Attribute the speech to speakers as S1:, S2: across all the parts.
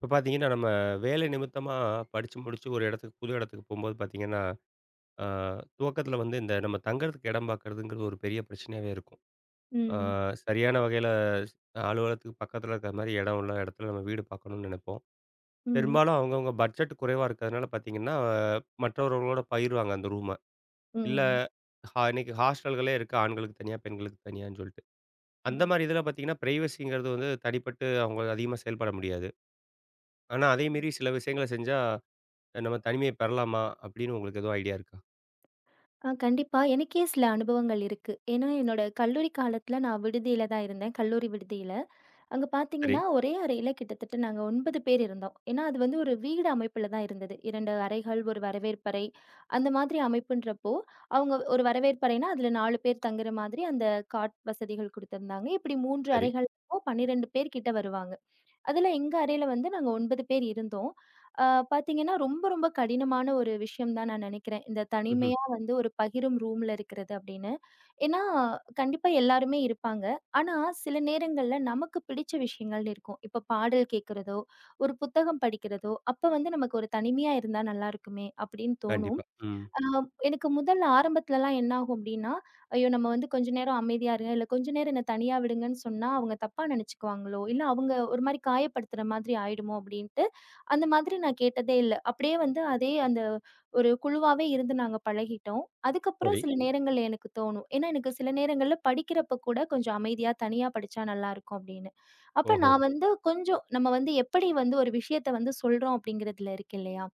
S1: இப்போ பார்த்தீங்கன்னா, நம்ம வேலை நிமித்தமா படிச்சு முடிச்சு ஒரு இடத்துக்கு புது இடத்துக்கு போம்போது பார்த்தீங்கன்னா, ஆ துவக்கத்தில வந்து இந்த நம்ம தங்குறதுக்கு இடம் பார்க்கறதுங்கிறது ஒரு பெரிய பிரச்சனையாவே இருக்கும். ஆ
S2: ம்.
S1: சரியான வகையில அலுவலகத்துக்கு பக்கத்தில இருக்கிற மாரி இடம் உள்ள இடத்துல நம்ம வீடு பார்க்கணும்னு நினைப்போம்.
S2: ம்.
S1: பெரும்பாலும் அவங்கவங்க பட்ஜெட் குறைவா இருக்கிறதுனால பார்த்தீங்கன்னா, மற்றவர்களோட பகிர்வாங்க அந்த ரூம. இல்ல,
S2: ம்.
S1: இன்னைக்கு ஹாஸ்டல்களே இருக்கு. ஆண்களுக்கு தனியா, பெண்களுக்கு தனியான்னு சொல்லிட்டு. அந்த
S2: ம்.
S1: மாரி இதில பார்த்தீங்கன்னா, பிரைவசிங்கிறது வந்து தனிப்பட்டு அவங்க அதிகமா செயல்பட முடியாது. ஆனா, அதே மீறி சில விஷயங்கள செஞ்சா நம்ம தனிமையை பெறலாமா? அப்படின்னு உங்களுக்கு எதுவும் ஐடியா இருக்கா?
S2: கண்டிப்பா. எனக்கே சில அனுபவங்கள் இருக்கு. ஏன்னா என்னோட கல்லூரி காலத்துல நான் விடுதியில தான் இருந்தேன். கல்லூரி விடுதியில. அங்க
S1: சரி,
S2: பார்த்தீங்கன்னா, ஒரே அறையில கிட்டத்தட்ட நாங்க 9 பேர் இருந்தோம். ஏன்னா அது வந்து ஒரு வீடு அமைப்புல தான் இருந்தது. 2 அறைகள், ஒரு வரவேற்பறை, அந்த மாதிரி அமைப்புன்றப்போ, அவங்க ஒரு வரவேற்பறைனா அதுல 4 பேர் தங்குற மாதிரி அந்த காட் வசதிகள் குடுத்திருந்தாங்க. இப்படி 3
S1: சரி.
S2: அறைகள் 12 பேர் கிட்ட வருவாங்க. அதுல எங்க அறையில வந்து நாங்க 9 பேர் இருந்தோம். அ பாத்தீங்கன்னா, ரொம்ப ரொம்ப கடினமான ஒரு விஷயம் தான் நான் நெனைக்கிறேன். இந்த
S1: ம்ஹ்ம்.
S2: தனிமையா வந்து ஒரு பகிரும் ரூம்ல இருக்கிறது அப்படின்னு. ஏன்னா, கண்டிப்பா எல்லாருமே இருப்பாங்க. ஆனா, சில நேரங்கள்ல நமக்கு பிடிச்ச விஷயங்கள்னு இருக்கும். இப்ப பாடல் கேட்கிறதோ, ஒரு புத்தகம் படிக்கிறதோ, அப்ப வந்து நமக்கு ஒரு தனிமையா இருந்தா நல்லா இருக்குமே அப்படின்னு தோணும்.
S1: கண்டிப்பா. ம்.
S2: ஆ எனக்கு முதல்ல ஆரம்பத்துலலாம் என்ன ஆகும் அப்டின்னா, ஐயோ! நம்ம வந்து கொஞ்ச நேரம் அமைதியா இருங்க, இல்ல கொஞ்ச நேரம் என்ன தனியா விடுங்கன்னு சொன்னா, அவங்க தப்பா நெனச்சுக்குவாங்களோ, இல்ல அவங்க ஒரு மாரி காயப்படுத்துற மாதிரி ஆயிடுமோ அப்டின்ட்டு, அந்த மாதிரி நான் கேட்டதே இல்ல. அப்டியே வந்து அதே அந்த ஒரு குழுவாவே இருந்து நாங்க பழகிட்டோம். அதுக்கப்புறம்
S1: சரி.
S2: சில நேரங்கள்ல எனக்கு தோணும். ஏன்னா, எனக்கு சில நேரங்கள்ல படிக்கிறப்ப கூட கொஞ்சம் அமைதியா தனியா படிச்சா நல்லாருக்கும் அப்டின்னு. அப்ப
S1: ஓஹோ!
S2: நான் வந்து கொஞ்சம் நம்ம வந்து எப்படி வந்து ஒரு விஷயத்த வந்து சொல்றோம் அப்டிங்கிறதுல இருக்கு இல்லையா?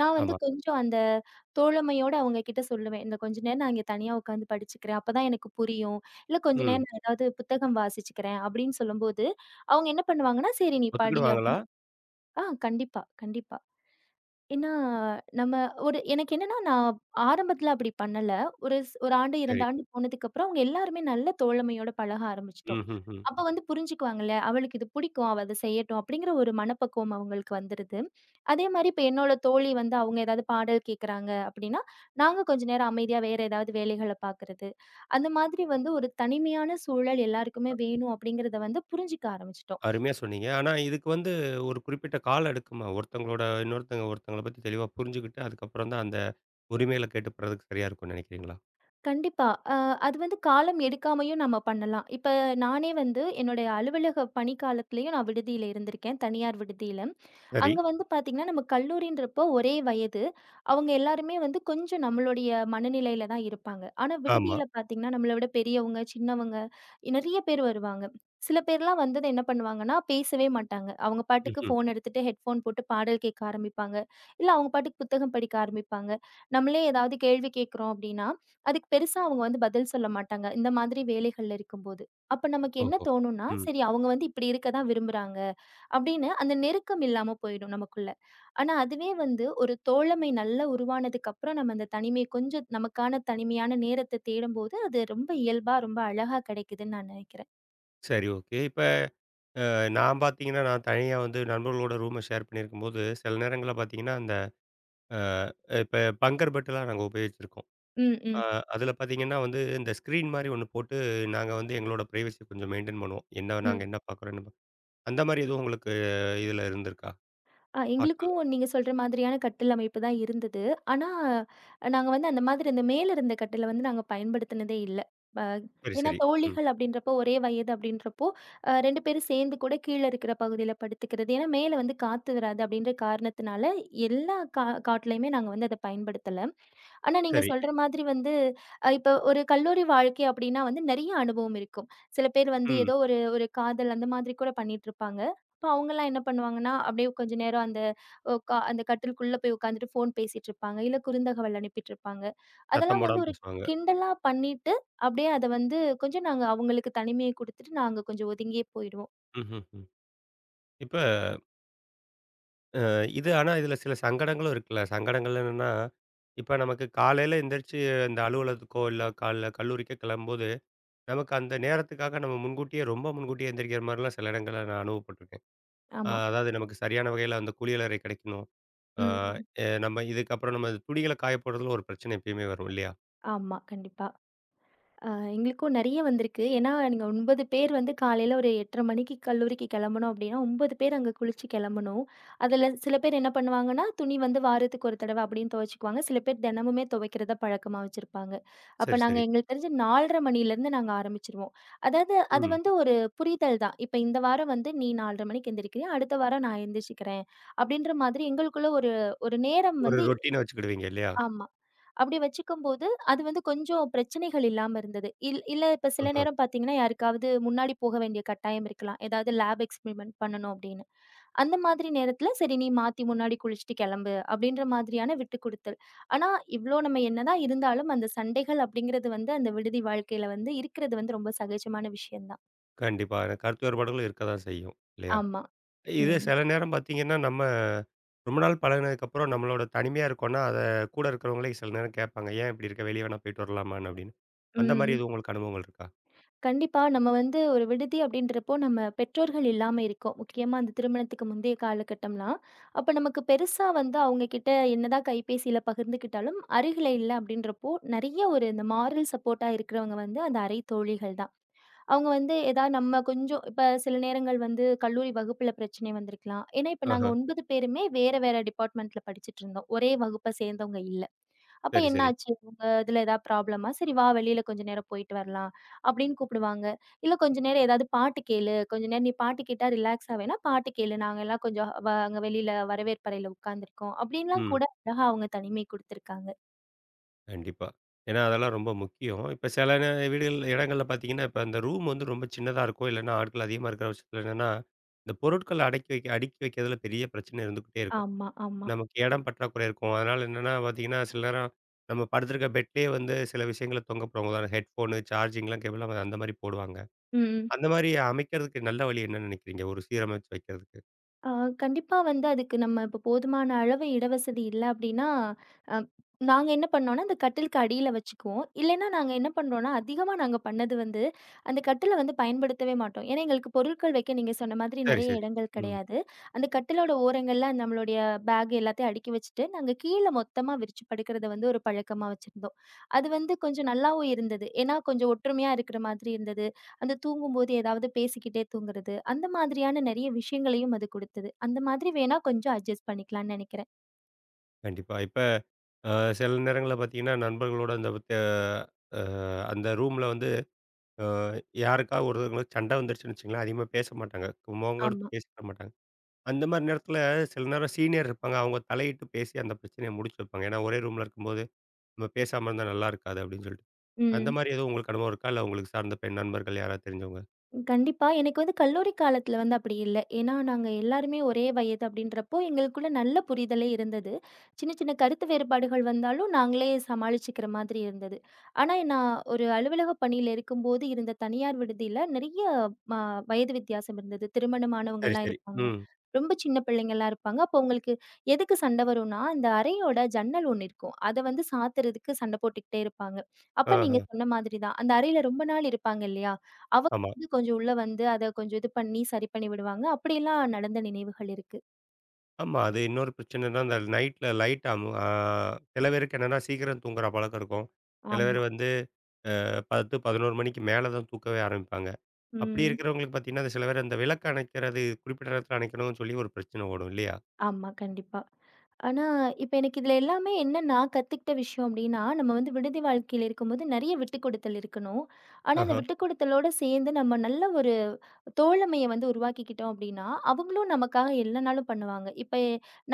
S2: நான் வந்து
S1: ஆமா.
S2: கொஞ்சம் அந்த தோழமையோட அவங்க கிட்ட சொல்லுவேன். இந்த கொஞ்ச நேரம் நான் இங்க தனியா உட்காந்து படிச்சுக்கிறேன். அப்பதான் எனக்கு புரியும். இல்ல கொஞ்ச
S1: ம்.
S2: நேரம் நான் ஏதாவது புத்தகம் வாசிச்சுக்கிறேன் அப்படின்னு சொல்லும்போது, அவங்க என்ன பண்ணுவாங்கன்னா, "சரி நீ படி"
S1: ஒத்துக்கிடுவாங்களா?
S2: அப்படின்னு கண்டிப்பா, கண்டிப்பா. ஏன்னா, நம்ம ஒரு எனக்கு என்னன்னா, நான் ஆரம்பத்தில அப்படி பண்ணல. ஒரு 1 ஆண்டு,
S1: சரி.
S2: 2 ஆண்டு போனதுக்கப்புறம், அவங்க எல்லாருமே நல்ல தோழமையோட பழக ஆரம்பிச்சுட்டோம்.
S1: ம்ஹ்ஹ்ம்.
S2: அப்ப வந்து புரிஞ்சுக்குவாங்கல்ல, "அவளுக்கு இது பிடிக்கும். அவ அத செய்யட்டும்." அப்படிங்கிற ஒரு மனப்பக்குவம் அவங்களுக்கு வந்துருது. அதே மாரி இப்ப என்னோட தோழி வந்து அவங்க ஏதாவது பாடல் கேட்குறாங்க அப்படின்னா, நாங்க கொஞ்ச நேரம் அமைதியா வேற ஏதாவது வேலைகள பார்க்குறது. அந்த மாதிரி வந்து ஒரு தனிமையான சூழல் எல்லாருக்குமே வேணும் அப்படிங்கிறத வந்து புரிஞ்சுக்க ஆரம்பிச்சுட்டோம்.
S1: அருமையா சொன்னீங்க. ஆனா இதுக்கு வந்து ஒரு குறிப்பிட்ட காலம் எடுக்குமா? ஒருத்தவங்களோட இன்னொருத்தங்க ஒருத்தங்கள பத்தி தெளிவா புரிஞ்சுகிட்டு, அதுக்கப்புறம் தான் அந்த உரிமைகள கேட்டு பெறதுக்கு சரியா இருக்கும்னு நினைக்கிறீங்களா?
S2: கண்டிப்பா. அ அது வந்து காலம் எடுக்காமயும் நம்ம பண்ணலாம். இப்ப நானே வந்து என்னுடைய அலுவலக பணி காலத்திலயும் நான் விடுதியில இருந்திருக்கேன், தனியார் விடுதியில.
S1: சரி.
S2: அங்க வந்து பார்த்தீங்கன்னா, நம்ம கல்லூரின்றப்போ ஒரே வயது. அவங்க எல்லாருமே வந்து கொஞ்சம் நம்மளுடைய மனநிலையில தான் இருப்பாங்க. ஆனா
S1: ஆமா.
S2: விடுதியில பார்த்தீங்கன்னா, நம்மள விட பெரியவங்க, சின்னவங்க நெறைய பேர் வருவாங்க. சில பேர்லாம் வந்தது என்ன பண்ணுவாங்கன்னா, பேசவே மாட்டாங்க. அவங்க பாட்டுக்கு
S1: ம்ஹ்ம்.
S2: ஃபோன் எடுத்துட்டு ஹெட்ஃபோன் போட்டு பாடல் கேட்க ஆரம்பிப்பாங்க. இல்ல அவங்க பாட்டுக்கு புத்தகம் படிக்க ஆரம்பிப்பாங்க. நம்மளே ஏதாவது கேள்வி கேட்கிறோம் அப்டின்னா, அதுக்கு பெருசா அவங்க வந்து பதில் சொல்ல மாட்டாங்க. இந்த மாதிரி வேலைகள்ல இருக்கும்போது. அப்ப நமக்கு என்ன
S1: ஓஹோ!
S2: தோணும்னா,
S1: ம்.
S2: சரி அவங்க வந்து இப்படி இருக்க தான் விரும்புறாங்க. அப்படின்னு அந்த நெருக்கம் இல்லாம போயிடும் நமக்குள்ள. ஆனா அதுவே வந்து ஒரு தோழமை நல்லா உருவானதுக்கு அப்புறம் நம்ம அந்த தனிமை கொஞ்சம் நமக்கான தனிமையான நேரத்த தேடும்போது, அது ரொம்ப இயல்பா, ரொம்ப அழகா கிடைக்குதுன்னு நான் நினைக்கிறேன்.
S1: சரி, ஓகே. இப்ப நான் பார்த்தீங்கன்னா, நான் தனியா வந்து நண்பர்களோட ரூம ஷேர் பண்ணியிருக்கும்போது, சில நேரங்கள்ல பார்த்தீங்கன்னா, அந்த அ இப்ப பங்கர் பெட்லாம் நாங்க உபயோகிச்சிருக்கோம்.
S2: ம்,
S1: அ
S2: ம்.
S1: அதில பார்த்தீங்கன்னா வந்து, இந்த ஸ்க்ரீன் மாரி ஒண்ணு போட்டு, நாங்க வந்து எங்களோட பிரைவசிய கொஞ்சம் மெயின்டெயின் பண்ணுவோம். என்ன
S2: ம்.
S1: நாங்க என்ன பார்க்குறோம், என்ன பா அந்த மாரி எதுவும் உங்களுக்கு இதில இருந்திருக்கா? ஹாஸ்டல்ல.
S2: எங்களுக்கும் நீங்க சொல்ற மாதிரியான கட்டில் அமைப்பு தான் இருந்தது. ஆனா, நாங்க வந்து அந்த மாதிரி அந்த மேல இருந்த கட்டில வந்து நாங்க பயன்படுத்தினதே இல்ல. அ
S1: சரி,
S2: ஏன்னா
S1: சரி. ம்.
S2: தோழிகள் அப்படின்றப்போ, ஒரே வயது அப்படின்றப்போ, 2 பேரும் சேர்ந்து கூட கீழ இருக்கிற பகுதியில படுத்துக்கிறது. ஏன்னா மேல வந்து காத்து வராது அப்படின்ற காரணத்தினால, எல்லா காட்லயுமே நாங்க வந்து அத பயன்படுத்தல. ஆனா, நீங்க
S1: சரி.
S2: சொல்ற மாதிரி வந்து இப்ப ஒரு கல்லூரி வாழ்க்கை அப்டின்னா வந்து நெறைய அனுபவம் இருக்கும். சில பேர் வந்து
S1: ம்.
S2: ஏதோ ஒரு ஒரு காதல் அந்த மாதிரி கூட பண்ணிட்டுருப்பாங்க. அப்ப அவங்கலாம் என்ன பண்ணுவாங்கன்னா, அப்டியே கொஞ்ச நேரம் அந்த அந்த கட்டிலுக்குள்ள போய் உட்காந்துட்டு ஃபோன் பேசிட்டுருப்பாங்க. இல்ல குறுந்தகவல் அனுப்பிட்டுருப்பாங்க.
S1: சத்தம்
S2: அதெல்லாம் வந்து
S1: போடாம
S2: ஒரு
S1: பேசுவாங்க.
S2: கிண்டலா பண்ணிட்டு, அப்டியே அத வந்து கொஞ்சம் நாங்க அவங்களுக்கு தனிமைய குடுத்துட்டு, நாங்க கொஞ்சம் ஒதுங்கியே போயிடுவோம்.
S1: ம்ஹ்ஹ்ம். இப்ப அ இது, ஆனா இதில சில சங்கடங்களும் இருக்குல்ல. சங்கடங்கள் என்னன்னா, இப்ப நமக்கு காலையில எந்திரிச்சு இந்த அலுவலகத்துக்கோ, இல்ல கல்லூரிக்கோ கிளம்பும்போது, நமக்கு அந்த நேரத்துக்காக நம்ம முன்கூட்டியே ரொம்ப முன்கூட்டியே எந்திரிக்கிற மாரிலாம் சில இடங்கள்ல நான் அனுபவப்பட்டுருக்கேன்.
S2: ஆமா.
S1: அதாவது நமக்கு சரியான வகையில அந்த குளியலறை கிடைக்கணும். ஆ,
S2: ம்.
S1: எ நம்ம இதுக்கப்புறம் நம்ம துணிகள காய போடுறதுல ஒரு பிரச்சனை எப்பயுமே வரும் இல்லையா?
S2: ஆமா. கண்டிப்பா. ஆ எங்களுக்கும் நெறைய வந்திருக்கு. ஏன்னா, நீங்க 9 பேர் வந்து காலையில ஒரு 8:30 மணிக்கு கல்லூரிக்கு கெளம்பணும் அப்டின்னா, 9 பேர் அங்க குளிச்சு கெளம்பணும். அதுல சில பேர் என்ன பண்ணுவாங்கன்னா, துணி வந்து வாரத்துக்கு ஒரு தடவ அப்டின்னு துவைச்சுக்குவாங்க. சில பேர் தினமுமே துவைக்கிறத பழக்கமா வச்சிருப்பாங்க. அப்ப
S1: சரி,
S2: நாங்க
S1: சரி.
S2: எங்களுக்கு தெரிஞ்சு 4:30 மணியிலருந்து நாங்க ஆரம்பிச்சுருவோம். அதாவது அது
S1: ம்.
S2: வந்து ஒரு புரிதல் தான். இப்ப இந்த வாரம் வந்து நீ 4:30 மணிக்கு எந்திரிக்கிறியா, அடுத்த வாரம் நான் எந்திரிச்சுக்கிறேன். அப்டின்ற மாதிரி எங்களுக்குள்ள ஒரு ஒரு நேரம்
S1: ஒரு
S2: வந்து
S1: ரொட்டீனா வச்சுக்கிடுவீங்க இல்லையா?
S2: ஆமா. அப்படி வச்சுக்கும்போது, அது வந்து கொஞ்சம் பிரச்சனைகள் இல்லாம இருந்தது. இல்ல இப்ப சில
S1: ஆஹ.
S2: நேரம் பார்த்தீங்கன்னா, யாருக்காவது முன்னாடி போக வேண்டிய கட்டாயம் இருக்கலாம். ஏதாவது லேப் எக்ஸ்பெரிமென்ட் பண்ணணும் அப்படின்னு. அந்த மாதிரி நேரத்தில, "சரி நீ மாத்தி முன்னாடி குளிச்சுட்டு கெளம்பு" அப்படின்ற மாதிரியான விட்டுக் குடுத்தல். ஆனா, இவ்ளோ நம்ம என்னதான் இருந்தாலும், அந்த சண்டைகள் அப்படிங்கிறது வந்து அந்த விடுதி வாழ்க்கையில வந்து இருக்கிறது வந்து ரொம்ப சகஜமான விஷயம் தான்.
S1: கண்டிப்பா. எனக்கு கருத்து வேறுபாடுகளும் இருக்க தான் செய்யும் இல்லையா?
S2: ஆமா.
S1: இது
S2: ம்.
S1: சில நேரம் பார்த்தீங்கன்னா, நம்ம ரொம்ப நாள் பழகுனதுக்கப்புறம் நம்மளோட தனிமையா இருக்கோம்னா, அத கூட இருக்கிறவங்களே சில நேரம் கேட்பாங்க. "ஏன் இப்படி இருக்க? வெளிய வேணா போயிட்டு வரலாமான்னு" அப்படின்னு. அந்த மாரி
S2: ம்.
S1: எதுவும் உங்களுக்கு அனுபவங்கள் இருக்கா?
S2: கண்டிப்பா. நம்ம வந்து ஒரு விடுதி அப்படின்றப்போ, நம்ம பெற்றோர்கள் இல்லாம இருக்கோம். முக்கியமா அந்த திருமணத்துக்கு முந்தைய காலகட்டம்லாம். அப்ப நமக்கு பெருசா வந்து அவங்க கிட்ட என்னதான் கைபேசியில பகிர்ந்துக்கிட்டாலும், அருகில இல்ல அப்படின்றப்போ, நெறைய ஒரு இந்த மாரல் சப்போர்ட்டா இருக்கிறவங்க வந்து அந்த அறை தோழிகள் தான். அவங்க வந்து ஏதாவது நம்ம கொஞ்சம் இப்ப சில நேரங்கள் வந்து கல்லூரி வகுப்புல பிரச்சனை வந்திருக்கலாம். ஏன்னா, இப்ப நாங்க
S1: ஆஹ.
S2: 9 பேருமே வேற வேற டிபார்ட்மெண்ட்ல படிச்சுட்டு இருந்தோம். ஒரே வகுப்ப சேர்ந்தவங்க இல்ல. அப்ப
S1: சரி,
S2: என்ன
S1: சரி.
S2: ஆச்சு? உங்க இதுல ஏதாவது ப்ராப்ளமா? சரி வா வெளியில கொஞ்ச நேரம் போயிட்டு வரலாம் அப்படின்னு கூப்பிடுவாங்க. இல்ல கொஞ்ச நேரம் ஏதாவது பாட்டு கேளு. கொஞ்ச நேரம் நீ பாட்டு கேட்டா ரிலாக்ஸா வேணா பாட்டு கேளு. நாங்க எல்லாம் கொஞ்சம் அங்க வெளியில வரவேற்பறையில உட்கார்ந்துருக்கோம். அப்படின்லாம்
S1: ம்.
S2: கூட அழகா அவங்க தனிமை குடுத்துருக்காங்க.
S1: கண்டிப்பா. ஏன்னா, அதெல்லாம் ரொம்ப முக்கியம். இப்ப சில நே வீடுகள் இடங்கள்ல பார்த்தீங்கன்னா, இப்ப அந்த ரூம் வந்து ரொம்ப சின்னதா இருக்கும். இல்லன்னா, ஆட்கள் அதிகமா இருக்கிற பட்சத்தில என்னன்னா, இந்த பொருட்கள அடக்கி வைக்க அடுக்கி வைக்கிறதுல பெரிய பிரச்சனை இருந்துகிட்டே இருக்கும்.
S2: ஆமா, ஆமா.
S1: நமக்கு இடம் பற்றாக்குறை இருக்கும். அதனால என்னன்னா பார்த்தீங்கன்னா, சில நேரம் நம்ம படுத்திருக்க பெட்லயே வந்து சில விஷயங்கள தொங்க போடுவாங்க. உதாரணம் ஹெட்ஃபோனு, சார்ஜிங்லாம் கேபிள் அந்த மாரி போடுவாங்க.
S2: ம்.
S1: அந்த மாரி அமைக்கிறதுக்கு நல்ல வழி என்னன்னு நினைக்கிறீங்க? ஒரு சீரமைச்சு வைக்கிறதுக்கு?
S2: ஆ கண்டிப்பா வந்து அதுக்கு நம்ம இப்போ போதுமான அளவு இடவசதி இல்ல அப்டின்னா, அ நாங்க என்ன பண்ணோம்னா, அந்த கட்டிலுக்கு அடியில வச்சுக்குவோம். இல்லைன்னா நாங்க என்ன பண்றோம்னா, அதிகமா நாங்க பண்ணது வந்து, அந்த கட்டில வந்து பயன்படுத்தவே மாட்டோம். ஏன்னா, எங்களுக்கு பொருட்கள் வைக்க நீங்க சொன்ன மாதிரி
S1: சரி,
S2: நெறைய
S1: சரி.
S2: இடங்கள்
S1: ம்.
S2: கிடையாது. அந்த கட்டிலோட ஓரங்கள்ல நம்மளுடைய பேக் எல்லாத்தையும் அடுக்கி வச்சுட்டு, நாங்க கீழ மொத்தமா விரிச்சு படுக்கிறத வந்து ஒரு பழக்கமா வச்சிருந்தோம். அது வந்து கொஞ்சம் நல்லாவும் இருந்தது. ஏன்னா, கொஞ்சம் ஒற்றுமையா இருக்கிற மாதிரி இருந்தது. அந்த தூங்கும்போது ஏதாவது பேசிக்கிட்டே தூங்குறது, அந்த மாதிரியான நெறைய விஷயங்களையும் அது குடுத்தது. அந்த மாதிரி வேணா கொஞ்சம் அட்ஜஸ்ட் பண்ணிக்கலாம்னு நெனைக்கிறேன்.
S1: கண்டிப்பா. இப்ப சில நேரங்கள்ல பார்த்தீங்கன்னா, நண்பர்களோட அ அந்த ரூம்ல வந்து அ யாருக்காவது ஒருத்தவங்களுக்கு சண்டை வந்துருச்சுன்னு வச்சுக்கங்களேன், அதிகமா பேச மாட்டாங்க. முகம் கொடுத்து
S2: ஆமா.
S1: பேசிக்க மாட்டாங்க. அந்த மாரி நேரத்தில சில நேரம் சீனியர் இருப்பாங்க. அவங்க தலையிட்டு பேசி அந்த பிரச்சனைய முடிச்சு வைப்பாங்க. ஏன்னா, ஒரே ரூம்ல இருக்கும்போது, "நம்ம பேசாம இருந்தா நல்லா இருக்காது." அப்படின்னு சொல்லிட்டு. அந்த
S2: ம்.
S1: மாரி எதுவும் உங்களுக்கு அனுபவம் இருக்கா? இல்ல உங்களுக்கு சார்ந்த பெண் நண்பர்கள் யாராவது தெரிஞ்சவங்க?
S2: கண்டிப்பா. எனக்கு வந்து கல்லூரி காலத்துல வந்து அப்படி இல்ல. ஏன்னா, நாங்க எல்லாருமே ஒரே வயது அப்படின்றப்போ, எங்களுக்குள்ள நல்ல புரிதலே இருந்தது. சின்ன சின்ன கருத்து வேறுபாடுகள் வந்தாலும், நாங்களே சமாளிச்சுக்கிற மாதிரி இருந்தது. ஆனா, நான் ஒரு அலுவலக பணியில இருக்கும்போது இருந்த தனியார் விடுதியில நெறைய ம வயது வித்தியாசம் இருந்தது.
S1: சரி,
S2: திருமணமானவங்கலாம்
S1: சரி.
S2: இருப்பாங்க.
S1: ம்.
S2: ரொம்ப சின்ன பிள்ளைங்கலாம் இருப்பாங்க. அப்போ உங்களுக்கு எதுக்கு சண்டை வரும்னா, அந்த அறையோட ஜன்னல் ஒண்ணு இருக்கும். அத வந்து சாத்துறதுக்கு சண்டை போட்டுக்கிட்டே இருப்பாங்க. அப்ப
S1: ஆஹ.
S2: நீங்க சொன்ன மாதிரி தான். அந்த அறையில ரொம்ப நாள் இருப்பாங்க இல்லையா? அவ
S1: ஆமா.
S2: வந்து கொஞ்சம் உள்ள வந்து அத கொஞ்சம் இது பண்ணி, சரி பண்ணி விடுவாங்க. அப்படியெல்லாம் நடந்த நினைவுகள் இருக்கு.
S1: ஆமா. அது இன்னொரு பிரச்சனைன்னா, அந்த நைட்ல லைட் அமு ஆ சில பேருக்கு என்னன்னா, சீக்கிரம் தூங்குற பழக்கம் இருக்கும். சில பேர்
S2: ஆமா.
S1: வந்து 10, 11 மணிக்கு மேல தான் தூக்கவே ஆரம்பிப்பாங்க. அப்படி
S2: ம்.
S1: இருக்கிறவங்களுக்கு பார்த்தீங்கன்னா, அது சில பேர் அந்த விளக்கு அணைக்கிறது குறிப்பிட்ட நேரத்தில அணைக்கணும்னு சொல்லி ஒரு பிரச்சனை ஓடும் இல்லையா?
S2: ஆமா, கண்டிப்பா. ஆனா, இப்ப எனக்கு இதுல எல்லாமே என்ன நான் கத்துக்கிட்ட விஷயம் அப்படின்னா, நம்ம வந்து விடுதி வாழ்க்கையில இருக்கும்போது நெறைய விட்டுக்குடுத்தல் இருக்கணும். ஆனா, அந்த
S1: ஆஹா,
S2: விட்டுக்குடுத்தலோட சேர்ந்து நம்ம நல்ல ஒரு தோழமைய வந்து உருவாக்கிக்கிட்டோம் அப்படின்னா, அவங்களும் நமக்காக இல்லனாலும் பண்ணுவாங்க. இப்ப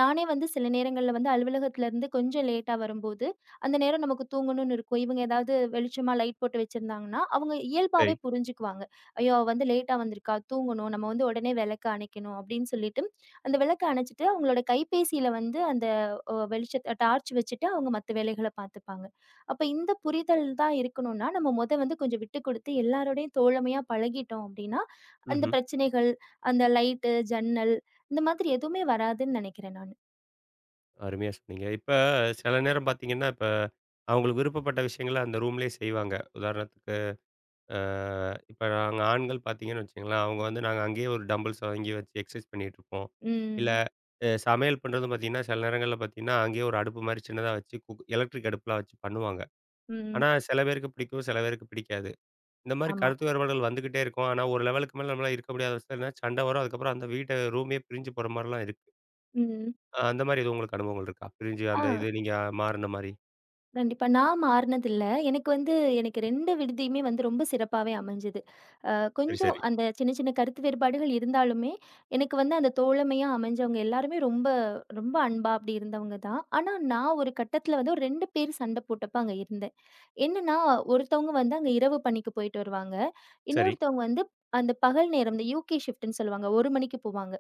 S2: நானே வந்து சில நேரங்கள்ல வந்து அலுவலகத்திலருந்து கொஞ்சம் லேட்டா வரும்போது, அந்த நேரம் நமக்கு தூங்கணும்னு இருக்கும். இவங்க ஏதாவது வெளிச்சமா லைட் போட்டு வச்சிருந்தாங்கன்னா, அவங்க
S1: சரி.
S2: இயல்பாவே புரிஞ்சுக்குவாங்க. "ஐயோ! அவ வந்து லேட்டா வந்திருக்கா, தூங்கணும். நம்ம வந்து உடனே விளக்க அணைக்கணும்." அப்படின்னு சொல்லிட்டு, அந்த விளக்க அணைச்சுட்டு அவங்களோட கைபேசியில வந்து அந்த வெளிச்சத்த டார்ச் வச்சுட்டு அவங்க மத்த வேலைகள பார்த்துப்பாங்க. அப்ப இந்த புரிதல் தான் இருக்கணும்னா, நம்ம வந்து கொஞ்சம் விட்டுக் குடுத்து எல்லாரோடையும் தோழமையா பழகிட்டோம் அப்படின்னா, அந்த
S1: ம்ஹ்ம்.
S2: பிரச்சனைகள், அந்த லைட்டு, ஜன்னல் இந்த மாதிரி எதுவுமே வராதுன்னு நினைக்கிறேன் நானு.
S1: அருமையா சொன்னீங்க. இப்ப சில நேரம் பார்த்தீங்கன்னா, இப்ப அவங்களுக்கு விருப்பப்பட்ட விஷயங்கள அந்த ரூம்லயே செய்வாங்க. உதாரணத்துக்கு, அ இப்ப நாங்க ஆண்கள் பார்த்தீங்கன்னு வச்சுக்கங்களேன், அவங்க வந்து நாங்க அங்கேயே ஒரு டம்பிள்ஸ் வாங்கி வச்சு எக்சர்சைஸ் பண்ணிட்டுருப்போம். இல்ல
S2: ம்.
S1: சமையல் பண்றதும் பார்த்தீங்கன்னா, சில நேரங்கள்ல பார்த்தீங்கன்னா, அங்கேயே ஒரு அடுப்பு மாரி சின்னதா வச்சு குக் எலக்ட்ரிக் அடுப்புலாம் வச்சு பண்ணுவாங்க.
S2: ம்.
S1: ஆனா சில பேருக்கு பிடிக்கும், சில பேருக்கு பிடிக்காது. இந்த மாரி
S2: ஆமா.
S1: கருத்து வேறுபாடுகள் வந்துகிட்டே இருக்கும். ஆனா, ஒரு லெவலுக்கு மேல நம்மளால இருக்க முடியாத பட்சத்தில சண்டை வரும். அதுக்கப்புறம் அந்த வீட்ட ரூமே பிரிஞ்சு போற மாரிலாம் இருக்கு.
S2: ம்.
S1: அந்த மாரி எதுவும் உங்களுக்கு அனுபவங்கள் இருக்கா? பிரிஞ்சு
S2: ஆ.
S1: அந்த இது நீங்க மாறுன மாரி.
S2: கண்டிப்பா. நான் மாறுனதில்ல. எனக்கு வந்து எனக்கு 2 விடுதியுமே வந்து ரொம்ப சிறப்பாவே அமைஞ்சது. அ
S1: சரி,
S2: கொஞ்சம்
S1: சரி.
S2: அந்த சின்ன சின்ன கருத்து வேறுபாடுகள் இருந்தாலுமே, எனக்கு வந்து அந்த தோழமையா அமைஞ்சவங்க எல்லாருமே ரொம்ப ரொம்ப அன்பா அப்படி இருந்தவங்க தான். ஆனா, நான் ஒரு கட்டத்தில வந்து ஒரு 2 பேர் சண்டை போட்டப்ப அங்க இருந்தேன். என்னன்னா, ஒருத்தவங்க வந்து அங்க இரவு பணிக்கு போயிட்டு வருவாங்க.
S1: சரி.
S2: இன்னொருத்தவங்க வந்து அந்த பகல் நேரம் இந்த யுகே ஷிஃப்ட்ன்னு சொல்லுவாங்க. 1 மணிக்கு போவாங்க.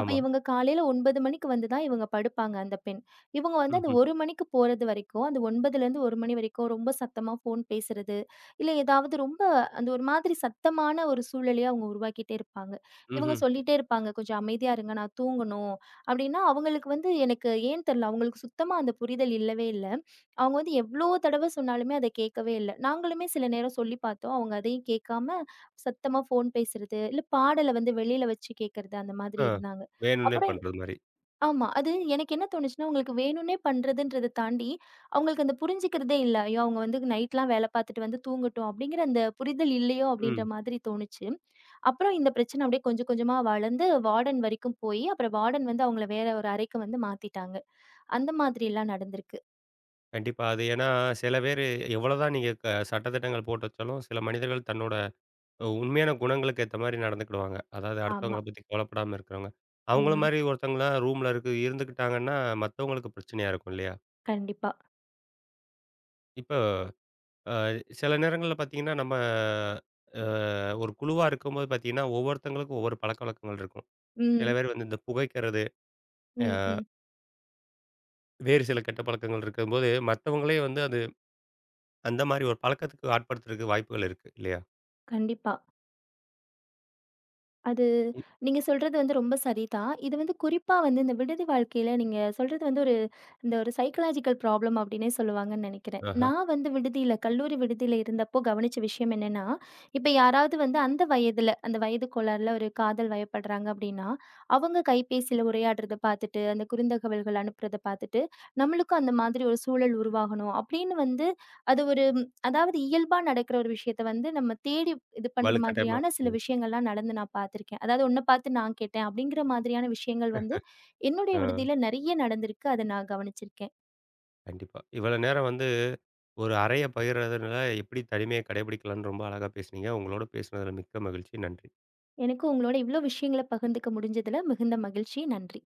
S2: அப்ப
S1: ஆமா.
S2: இவங்க காலையில 9 மணிக்கு வந்து தான் இவங்க படுப்பாங்க அந்த பெண். இவங்க வந்து அந்த
S1: ம்ஹ்ம்.
S2: 1 மணிக்கு போறது வரைக்கும், அந்த 9லேருந்து 1 மணி வரைக்கும் ரொம்ப சத்தமா ஃபோன் பேசுறது, இல்ல ஏதாவது ரொம்ப அந்த ஒரு மாதிரி சத்தமான ஒரு சூழலையே அவங்க உருவாக்கிட்டே இருப்பாங்க. இவங்க
S1: ம்ஹ்ம்.
S2: சொல்லிட்டே இருப்பாங்க, "கொஞ்சம் அமைதியா இருங்க, நான் தூங்கணும்." அப்படின்னா அவங்களுக்கு வந்து எனக்கு ஏன் தெரியல, அவங்களுக்கு சுத்தமா அந்த புரிதல் இல்லவே இல்ல. அவங்க வந்து எவ்வளோ தடவ சொன்னாலுமே அத கேட்கவே இல்ல. நாங்களுமே சில நேரம் சொல்லி பார்த்தோம், அவங்க அதையும் கேட்காம சத்தமா ஃபோன் பேசுறது, இல்ல பாடல வந்து வெளியில வச்சு கேட்கறது அந்த மாதிரி
S1: ஆ.
S2: இருந்தாங்க.
S1: வேணும்னே
S2: அப்புறம்
S1: பண்றது மாரி.
S2: ஆமா. அது எனக்கு என்ன தோணுச்சுன்னா, உங்களுக்கு வேணும்னே பண்றதுன்றத தாண்டி, அவங்களுக்கு அந்த புரிஞ்சுக்கிறதே இல்ல. ஐயோ! அவங்க வந்து நைட்லாம் வேல பார்த்துட்டு வந்து தூங்கட்டும் அப்படிங்கிற அந்த புரிதல் இல்லையோ அப்படின்ற
S1: ம்.
S2: மாதிரி தோணுச்சு. அப்புறம் இந்த பிரச்சனை அப்படியே கொஞ்சம் கொஞ்சமா வளர்ந்து வார்டன் வரைக்கும் போயி, அப்புறம் வார்டன் வந்து அவங்கள வேற ஒரு அறைக்கு வந்து மாத்திட்டாங்க. அந்த மாதிரிலாம் நடந்திருக்கு.
S1: கண்டிப்பா. அது ஏன்னா, சில பேரு எவ்வளோதான் நீங்க சட்டதிட்டங்கள் போட்டு வச்சாலும், சில மனிதர்கள் தன்னோட உண்மையான குணங்களுக்கு ஏத்த மாரி நடந்துக்கிடுவாங்க. அதாவது
S2: ஆமா.
S1: அடுத்தவங்கள பத்தி கவலைப்படாம இருக்கிறவங்க. அவங்கள
S2: ம்.
S1: மாரி ஒருத்தவங்கலாம் ரூம்ல இருந்துக்கிட்டாங்கன்னா, மத்தவங்களுக்கு பிரச்சனையா இருக்கும் இல்லையா?
S2: கண்டிப்பா.
S1: இப்ப அ சில நேரங்கள்ல பார்த்தீங்கன்னா, நம்ம அ ஒரு குழுவா இருக்கும்போது பார்த்தீங்கன்னா, ஒவ்வொருத்தங்களுக்கும் ஒவ்வொரு பழக்கவழக்கங்கள் இருக்கும். சில
S2: ம்.
S1: பேர் வந்து இந்த புகைக்கிறது, அ
S2: ம். ம்.
S1: வேறு சில கெட்ட பழக்கங்கள் இருக்கும்போது, மத்தவங்களே வந்து அந்த மாரி ஒரு பழக்கத்துக்கு ஆட்படுத்துறதுக்கு வாய்ப்புகள் இருக்கு இல்லையா?
S2: கண்டிப்பா. அது
S1: இ
S2: நீங்க சொல்றது வந்து ரொம்ப சரிதான். இது வந்து குறிப்பா வந்து இந்த விடுதி வாழ்க்கையில நீங்க சொல்றது வந்து ஒரு இந்த ஒரு சைக்காலஜிக்கல் ப்ராப்ளம் அப்டின்னே சொல்லுவாங்கன்னு நெனைக்கிறேன்.
S1: ஆஹா.
S2: நான் வந்து விடுதியில கல்லூரி விடுதியில இருந்தப்போ கவனிச்ச விஷயம் என்னன்னா, இப்ப யாராவது வந்து அந்த வயதுல, அந்த வயது கோளாறுல ஒரு காதல் வயப்படுறாங்க அப்டின்னா, அவங்க கைபேசியில உரையாடுறத பார்த்துட்டு, அந்த குறுந்தகவல்கள் அனுப்புறத பார்த்துட்டு, நம்மளுக்கும் அந்த மாதிரி ஒரு சூழல் உருவாகணும் அப்டின்னு வந்து அது ஒரு அதாவது இயல்பா நடக்கிற ஒரு விஷயத்த வந்து நம்ம தேடி இது பண்ற
S1: வலுக்கட்டாயமா.
S2: மாதிரியான சில
S1: ம்.
S2: விஷயங்கள்லாம் நடந்து நான் பார்த்துருக்கேன். அதாவது உன்ன பார்த்து நான் கேட்டேன் அப்படிங்கிற மாதிரியான விஷயங்கள் வந்து என்னுடைய
S1: ஆ
S2: விடுதியில நெறைய நடந்திருக்கு. அத நான் கவனிச்சிருக்கேன்.
S1: கண்டிப்பா. இவ்வளோ நேரம் வந்து ஒரு அறைய பகிர்றதுனால எப்படி தனிமையை கடைபிடிக்கலாம்னு ரொம்ப அழகா பேசுனீங்க. உங்களோட பேசுனதுல மிக்க மகிழ்ச்சி. நன்றி.
S2: எனக்கு உங்களோட இவ்ளோ விஷயங்கள பகிர்ந்துக்க முடிஞ்சதுல மிகுந்த மகிழ்ச்சி. நன்றி.